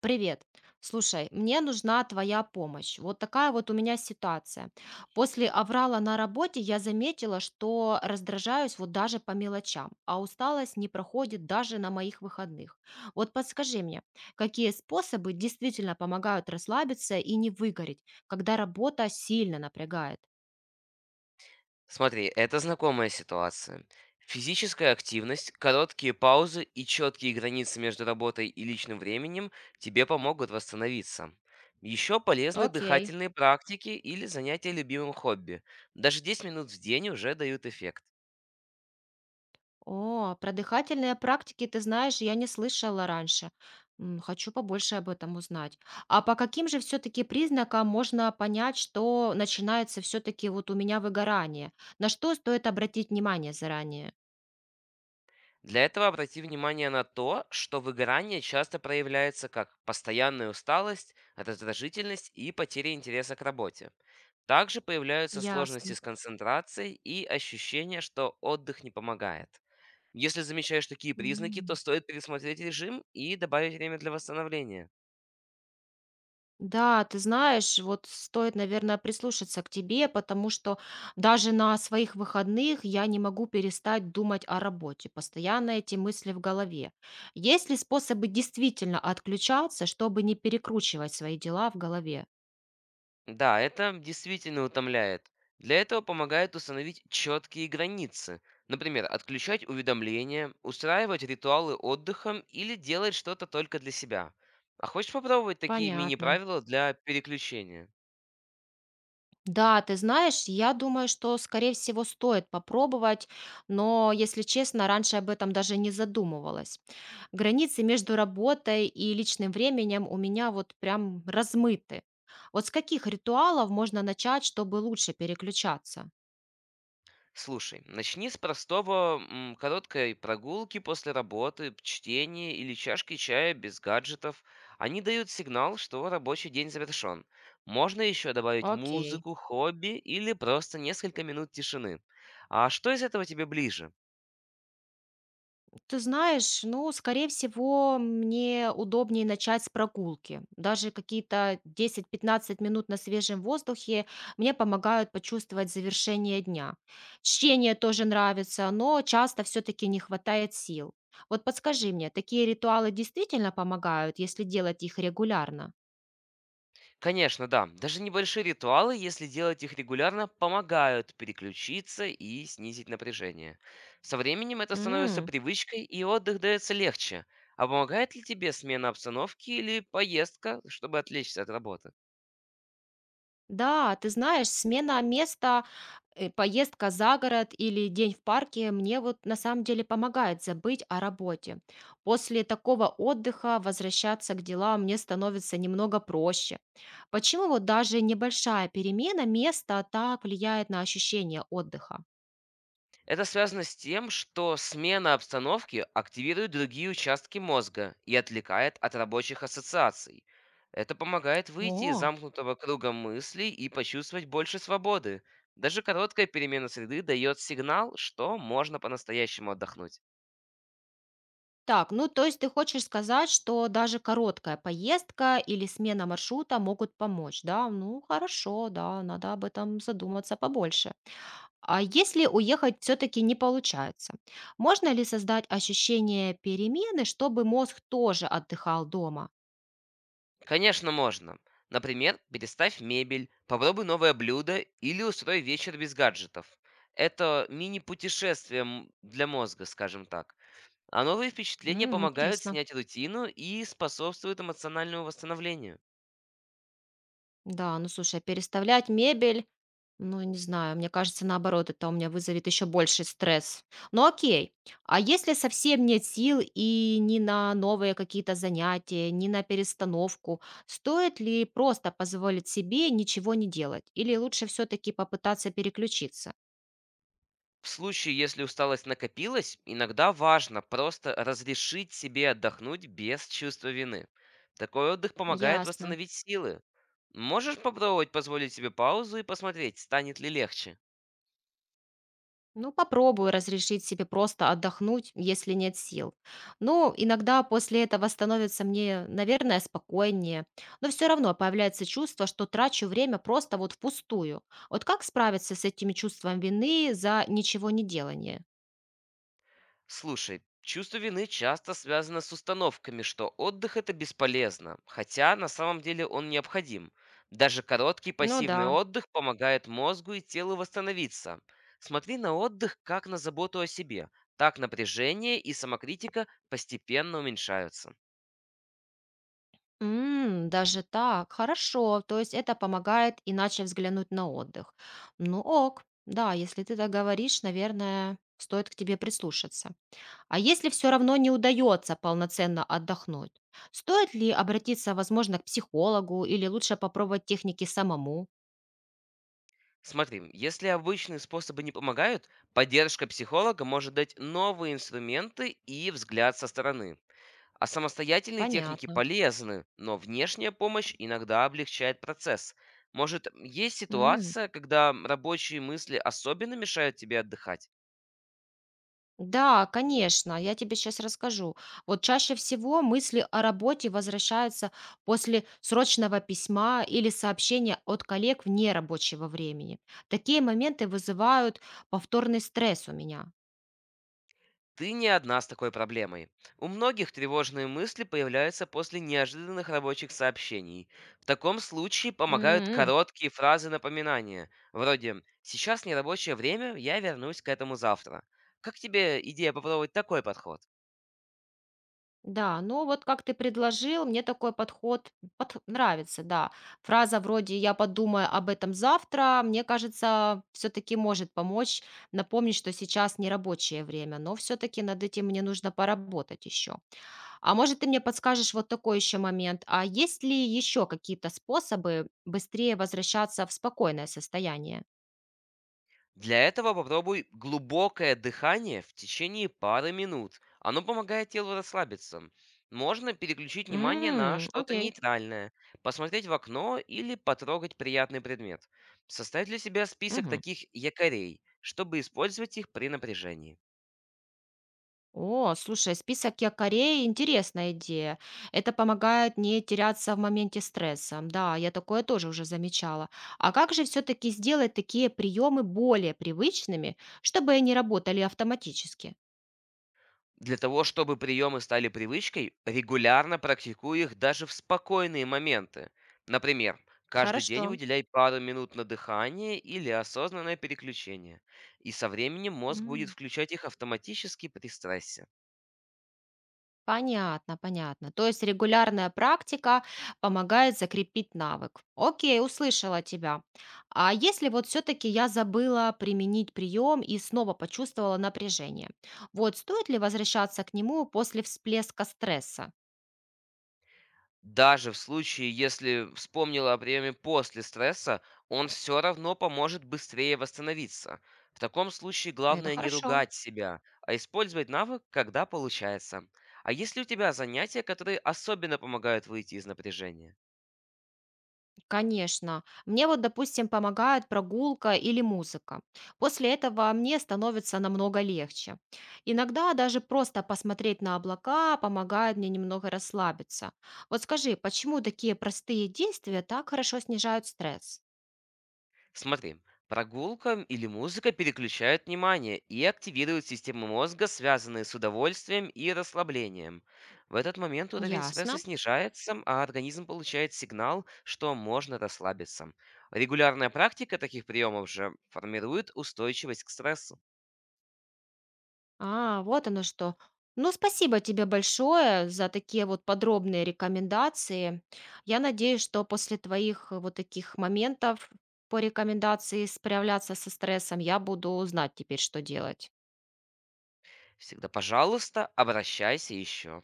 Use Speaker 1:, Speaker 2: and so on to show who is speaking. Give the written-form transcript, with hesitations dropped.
Speaker 1: Привет. Слушай, мне нужна твоя помощь. Вот такая вот у меня ситуация. После аврала на работе я заметила, что раздражаюсь вот даже по мелочам, а усталость не проходит даже на моих выходных. Вот подскажи мне, какие способы действительно помогают расслабиться и не выгореть, когда работа сильно напрягает?
Speaker 2: Смотри, это знакомая ситуация. Физическая активность, короткие паузы и четкие границы между работой и личным временем тебе помогут восстановиться. Еще полезны
Speaker 1: Окей.
Speaker 2: дыхательные практики или занятия любимым хобби. Даже 10 минут в день уже дают эффект.
Speaker 1: О, про дыхательные практики, ты знаешь, я не слышала раньше. Хочу побольше об этом узнать. А по каким же все-таки признакам можно понять, что начинается все-таки вот у меня выгорание? На что стоит обратить внимание заранее?
Speaker 2: Для этого обрати внимание на то, что выгорание часто проявляется как постоянная усталость, раздражительность и потеря интереса к работе. Также появляются сложности
Speaker 1: Ясно.
Speaker 2: с концентрацией и ощущение, что отдых не помогает. Если замечаешь такие признаки, то
Speaker 1: М.
Speaker 2: стоит пересмотреть режим и добавить время для восстановления.
Speaker 1: Да, ты знаешь, вот стоит, наверное, прислушаться к тебе, потому что даже на своих выходных я не могу перестать думать о работе. Постоянно эти мысли в голове. Есть ли способы действительно отключаться, чтобы не перекручивать свои дела в голове?
Speaker 2: Да, это действительно утомляет. Для этого помогает установить четкие границы. Например, отключать уведомления, устраивать ритуалы отдыхом или делать что-то только для себя. А хочешь попробовать такие
Speaker 1: Понятно.
Speaker 2: мини-правила для переключения?
Speaker 1: Да, ты знаешь, я думаю, что, скорее всего, стоит попробовать, но, если честно, раньше об этом даже не задумывалась. Границы между работой и личным временем у меня вот прям размыты. Вот с каких ритуалов можно начать, чтобы лучше переключаться?
Speaker 2: Слушай, начни с простого короткой прогулки после работы, чтения или чашки чая без гаджетов. Они дают сигнал, что рабочий день завершен. Можно еще добавить
Speaker 1: Окей.
Speaker 2: музыку, хобби или просто несколько минут тишины. А что из этого тебе ближе?
Speaker 1: Ты знаешь, ну, скорее всего, мне удобнее начать с прогулки. Даже какие-то 10-15 минут на свежем воздухе мне помогают почувствовать завершение дня. Чтение тоже нравится, но часто все-таки не хватает сил. Вот подскажи мне, такие ритуалы действительно помогают, если делать их регулярно?
Speaker 2: Конечно, да. Даже небольшие ритуалы, если делать их регулярно, помогают переключиться и снизить напряжение. Со временем это становится
Speaker 1: М.
Speaker 2: привычкой, и отдых дается легче. А помогает ли тебе смена обстановки или поездка, чтобы отвлечься от работы?
Speaker 1: Да, ты знаешь, смена места, поездка за город или день в парке мне вот на самом деле помогает забыть о работе. После такого отдыха возвращаться к делам мне становится немного проще. Почему вот даже небольшая перемена места так влияет на ощущение отдыха?
Speaker 2: Это связано с тем, что смена обстановки активирует другие участки мозга и отвлекает от рабочих ассоциаций. Это помогает выйти из
Speaker 1: О,
Speaker 2: замкнутого круга мыслей и почувствовать больше свободы. Даже короткая перемена среды дает сигнал, что можно по-настоящему отдохнуть.
Speaker 1: так, ну то есть ты хочешь сказать, что даже короткая поездка или смена маршрута могут помочь, да? Ну хорошо, да, надо об этом задуматься побольше. А если уехать все-таки не получается, можно ли создать ощущение перемены, чтобы мозг тоже отдыхал дома?
Speaker 2: Конечно, можно. Например, переставь мебель, попробуй новое блюдо или устрой вечер без гаджетов. Это мини-путешествие для мозга, скажем так. А новые впечатления
Speaker 1: М,
Speaker 2: помогают
Speaker 1: интересно.
Speaker 2: снять рутину и способствуют эмоциональному восстановлению.
Speaker 1: Да, ну слушай, а переставлять мебель, ну не знаю, мне кажется, наоборот, это у меня вызовет еще больший стресс. Ну окей, а если совсем нет сил и ни на новые какие-то занятия, ни на перестановку, стоит ли просто позволить себе ничего не делать? Или лучше все-таки попытаться переключиться?
Speaker 2: В случае, если усталость накопилась, иногда важно просто разрешить себе отдохнуть без чувства вины. Такой отдых помогает
Speaker 1: Ясно.
Speaker 2: восстановить силы. Можешь попробовать позволить себе паузу и посмотреть, станет ли легче.
Speaker 1: Ну, попробую разрешить себе просто отдохнуть, если нет сил. Ну, иногда после этого становится мне, наверное, спокойнее, но все равно появляется чувство, что трачу время просто вот впустую. Вот как справиться с этим чувством вины за ничего не делание?
Speaker 2: Слушай, чувство вины часто связано с установками, что отдых это бесполезно, хотя на самом деле он необходим. Даже короткий
Speaker 1: Ну да.
Speaker 2: пассивный отдых помогает мозгу и телу восстановиться. Смотри на отдых как на заботу о себе. Так напряжение и самокритика постепенно уменьшаются.
Speaker 1: Даже так, хорошо. То есть это помогает иначе взглянуть на отдых. Ну ок, да, если ты так говоришь, наверное, стоит к тебе прислушаться. А если все равно не удается полноценно отдохнуть, стоит ли обратиться, возможно, к психологу или лучше попробовать техники самому?
Speaker 2: Смотри, если обычные способы не помогают, поддержка психолога может дать новые инструменты и взгляд со стороны. А самостоятельные техники
Speaker 1: Понятно.
Speaker 2: полезны, но внешняя помощь иногда облегчает процесс. Может, есть
Speaker 1: М,
Speaker 2: ситуация, когда рабочие мысли особенно мешают тебе отдыхать?
Speaker 1: Да, конечно, я тебе сейчас расскажу. Вот чаще всего мысли о работе возвращаются после срочного письма или сообщения от коллег вне рабочего времени. Такие моменты вызывают повторный стресс у меня.
Speaker 2: Ты не одна с такой проблемой. У многих тревожные мысли появляются после неожиданных рабочих сообщений. В таком случае помогают
Speaker 1: М,
Speaker 2: короткие фразы напоминания, вроде «Сейчас нерабочее время, я вернусь к этому завтра». Как тебе идея попробовать такой подход?
Speaker 1: Да, ну вот как ты предложил, мне такой подход нравится, да. Фраза вроде «я подумаю об этом завтра», мне кажется, все-таки может помочь напомнить, что сейчас не рабочее время, но все-таки над этим мне нужно поработать еще. А может, ты мне подскажешь вот такой еще момент, а есть ли еще какие-то способы быстрее возвращаться в спокойное состояние?
Speaker 2: Для этого попробуй глубокое дыхание в течение пары минут. Оно помогает телу расслабиться. Можно переключить внимание на что-то
Speaker 1: Окей.
Speaker 2: нейтральное, посмотреть в окно или потрогать приятный предмет. Составь для себя список
Speaker 1: Мгм.
Speaker 2: таких якорей, чтобы использовать их при напряжении.
Speaker 1: О, слушай, список якорей– интересная идея. Это помогает не теряться в моменте стресса. Да, я такое тоже уже замечала. А как же все-таки сделать такие приемы более привычными, чтобы они работали автоматически?
Speaker 2: Для того, чтобы приемы стали привычкой, регулярно практикуй их даже в спокойные моменты. Например, каждый
Speaker 1: Хорошо.
Speaker 2: день выделяй пару минут на дыхание или осознанное переключение. И со временем мозг будет
Speaker 1: М.
Speaker 2: включать их автоматически при стрессе.
Speaker 1: Понятно, понятно. То есть регулярная практика помогает закрепить навык. Окей, услышала тебя. А если вот все-таки я забыла применить прием и снова почувствовала напряжение, вот стоит ли возвращаться к нему после всплеска стресса?
Speaker 2: Даже в случае, если вспомнила о приеме после стресса, он все равно поможет быстрее восстановиться. В таком случае
Speaker 1: Это
Speaker 2: главное не
Speaker 1: хорошо.
Speaker 2: ругать себя, а использовать навык, когда получается. А есть ли у тебя занятия, которые особенно помогают выйти из напряжения?
Speaker 1: Конечно. Мне вот, допустим, помогает прогулка или музыка. После этого мне становится намного легче. Иногда даже просто посмотреть на облака помогает мне немного расслабиться. Вот скажи, почему такие простые действия так хорошо снижают стресс?
Speaker 2: Смотри, прогулка или музыка переключают внимание и активируют системы мозга, связанные с удовольствием и расслаблением. В этот момент уровень стресса
Speaker 1: Ясно.
Speaker 2: снижается, а организм получает сигнал, что можно расслабиться. Регулярная практика таких приемов же формирует устойчивость к стрессу.
Speaker 1: А, вот оно что. Ну, спасибо тебе большое за такие вот подробные рекомендации. Я надеюсь, что после твоих вот таких моментов по рекомендации справляться со стрессом, я буду знать теперь, что делать.
Speaker 2: Всегда, пожалуйста, обращайся еще.